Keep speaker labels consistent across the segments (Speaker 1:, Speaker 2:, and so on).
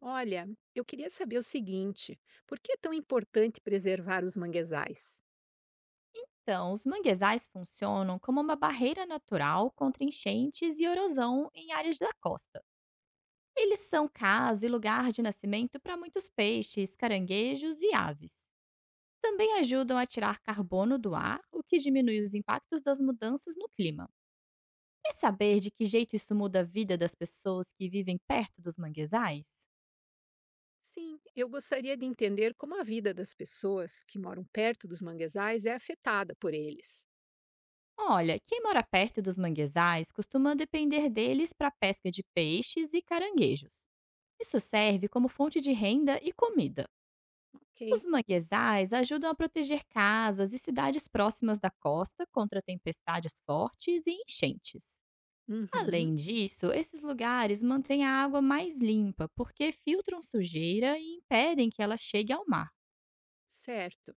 Speaker 1: Olha, eu queria saber o seguinte: por que é tão importante preservar os manguezais?
Speaker 2: Então, os manguezais funcionam como uma barreira natural contra enchentes e erosão em áreas da costa. Eles são casa e lugar de nascimento para muitos peixes, caranguejos e aves. Também ajudam a tirar carbono do ar, o que diminui os impactos das mudanças no clima. Quer saber de que jeito isso muda a vida das pessoas que vivem perto dos manguezais?
Speaker 1: Sim, eu gostaria de entender como a vida das pessoas que moram perto dos manguezais é afetada por eles.
Speaker 2: Olha, quem mora perto dos manguezais costuma depender deles para pesca de peixes e caranguejos. Isso serve como fonte de renda e comida.
Speaker 1: Ok.
Speaker 2: Os manguezais ajudam a proteger casas e cidades próximas da costa contra tempestades fortes e enchentes.
Speaker 1: Uhum,
Speaker 2: Além disso, esses lugares mantêm a água mais limpa porque filtram sujeira e impedem que ela chegue ao mar.
Speaker 1: certo.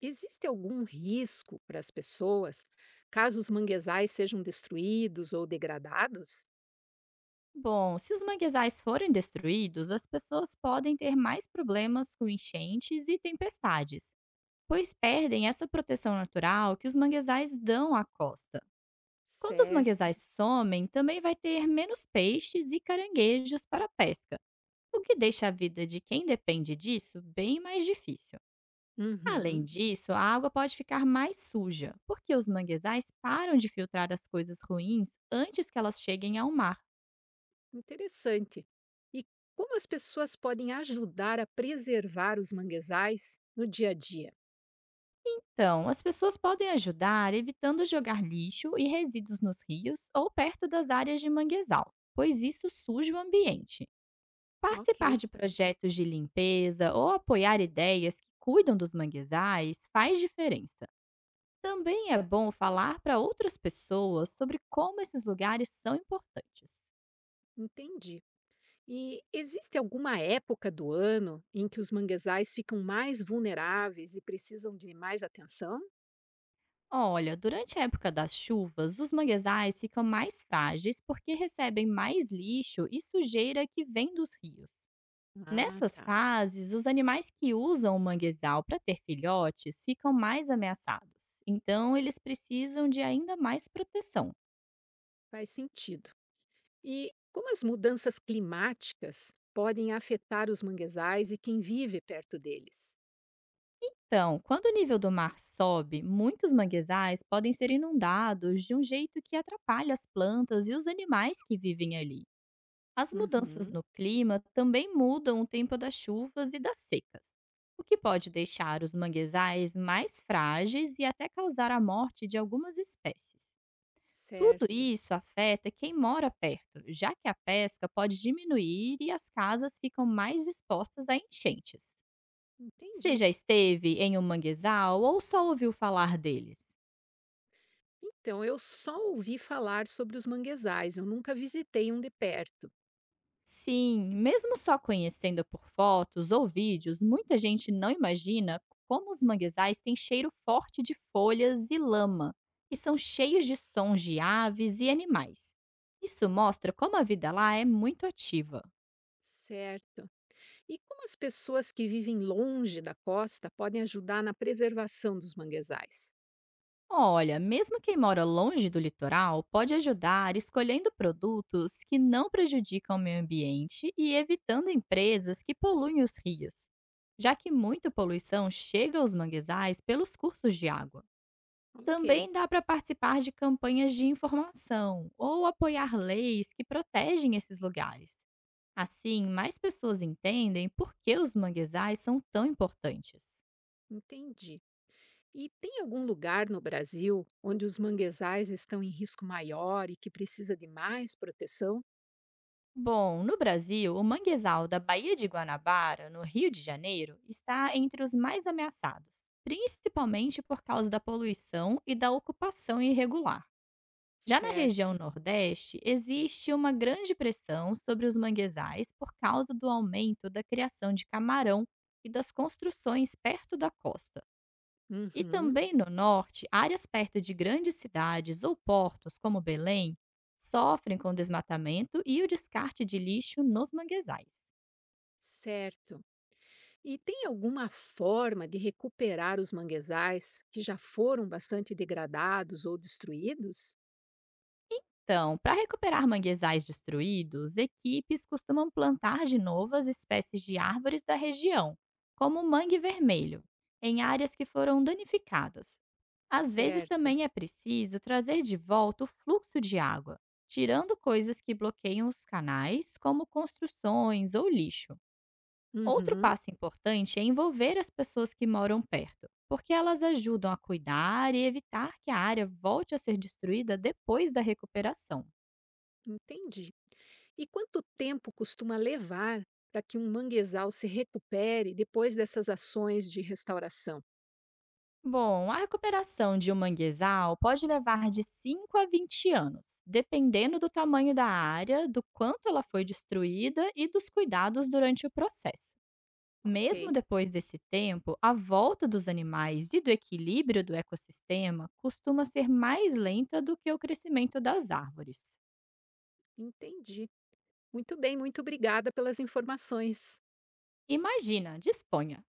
Speaker 1: Existe algum risco para as pessoas caso os manguezais sejam destruídos ou degradados?
Speaker 2: Bom, se os manguezais forem destruídos, as pessoas podem ter mais problemas com enchentes e tempestades, pois perdem essa proteção natural que os manguezais dão à costa. Quando os
Speaker 1: Certo.
Speaker 2: manguezais somem, também vai ter menos peixes e caranguejos para a pesca, o que deixa a vida de quem depende disso bem mais difícil. Além
Speaker 1: Uhum,
Speaker 2: disso, a água pode ficar mais suja, porque os manguezais param de filtrar as coisas ruins antes que elas cheguem ao mar.
Speaker 1: interessante. E como as pessoas podem ajudar a preservar os manguezais no dia a dia?
Speaker 2: Então, as pessoas podem ajudar evitando jogar lixo e resíduos nos rios ou perto das áreas de manguezal, pois isso suja o ambiente.
Speaker 1: Ok,
Speaker 2: Participar de projetos de limpeza ou apoiar ideias que cuidam dos manguezais faz diferença. Também é bom falar para outras pessoas sobre como esses lugares são importantes.
Speaker 1: entendi. E existe alguma época do ano em que os manguezais ficam mais vulneráveis e precisam de mais atenção?
Speaker 2: Olha, durante a época das chuvas, os manguezais ficam mais frágeis porque recebem mais lixo e sujeira que vem dos rios.
Speaker 1: Ah,
Speaker 2: Nessas
Speaker 1: tá.
Speaker 2: fases, os animais que usam o manguezal para ter filhotes ficam mais ameaçados, então eles precisam de ainda mais proteção.
Speaker 1: Faz sentido. E como as mudanças climáticas podem afetar os manguezais e quem vive perto deles?
Speaker 2: Então, quando o nível do mar sobe, muitos manguezais podem ser inundados de um jeito que atrapalha as plantas e os animais que vivem ali. As mudanças
Speaker 1: Uhum,
Speaker 2: no clima também mudam o tempo das chuvas e das secas, o que pode deixar os manguezais mais frágeis e até causar a morte de algumas espécies. Tudo
Speaker 1: certo.
Speaker 2: isso afeta quem mora perto, já que a pesca pode diminuir e as casas ficam mais expostas a enchentes. Você
Speaker 1: Entendi.
Speaker 2: já esteve em um manguezal ou só ouviu falar deles?
Speaker 1: Então, eu só ouvi falar sobre os manguezais, eu nunca visitei um de perto.
Speaker 2: Sim, mesmo só conhecendo por fotos ou vídeos, muita gente não imagina como os manguezais têm cheiro forte de folhas e lama e são cheios de sons de aves e animais. Isso mostra como a vida lá é muito ativa.
Speaker 1: Certo. E como as pessoas que vivem longe da costa podem ajudar na preservação dos manguezais?
Speaker 2: Olha, mesmo quem mora longe do litoral pode ajudar escolhendo produtos que não prejudicam o meio ambiente e evitando empresas que poluem os rios, já que muita poluição chega aos manguezais pelos cursos de água.
Speaker 1: Ok,
Speaker 2: Também dá para participar de campanhas de informação ou apoiar leis que protegem esses lugares. Assim, mais pessoas entendem por que os manguezais são tão importantes.
Speaker 1: entendi. E tem algum lugar no Brasil onde os manguezais estão em risco maior e que precisa de mais proteção?
Speaker 2: Bom, no Brasil, o manguezal da Baía de Guanabara, no Rio de Janeiro, está entre os mais ameaçados, principalmente por causa da poluição e da ocupação irregular. Já na região
Speaker 1: Certo.
Speaker 2: Nordeste, existe uma grande pressão sobre os manguezais por causa do aumento da criação de camarão e das construções perto da costa. E
Speaker 1: Uhum,
Speaker 2: também no norte, áreas perto de grandes cidades ou portos, como Belém, sofrem com o desmatamento e o descarte de lixo nos manguezais.
Speaker 1: certo. E tem alguma forma de recuperar os manguezais que já foram bastante degradados ou destruídos?
Speaker 2: Então, para recuperar manguezais destruídos, equipes costumam plantar de novo as espécies de árvores da região, como o mangue vermelho, em áreas que foram danificadas. Às vezes
Speaker 1: Certo.
Speaker 2: também é preciso trazer de volta o fluxo de água, tirando coisas que bloqueiam os canais, como construções ou lixo. Outro
Speaker 1: Uhum,
Speaker 2: passo importante é envolver as pessoas que moram perto, porque elas ajudam a cuidar e evitar que a área volte a ser destruída depois da recuperação.
Speaker 1: entendi. E quanto tempo costuma levar para que um manguezal se recupere depois dessas ações de restauração?
Speaker 2: Bom, a recuperação de um manguezal pode levar de 5 a 20 anos, dependendo do tamanho da área, do quanto ela foi destruída e dos cuidados durante o processo.
Speaker 1: Ok,
Speaker 2: Mesmo depois desse tempo, a volta dos animais e do equilíbrio do ecossistema costuma ser mais lenta do que o crescimento das árvores.
Speaker 1: entendi. Muito bem, muito obrigada pelas informações.
Speaker 2: Imagina, disponha.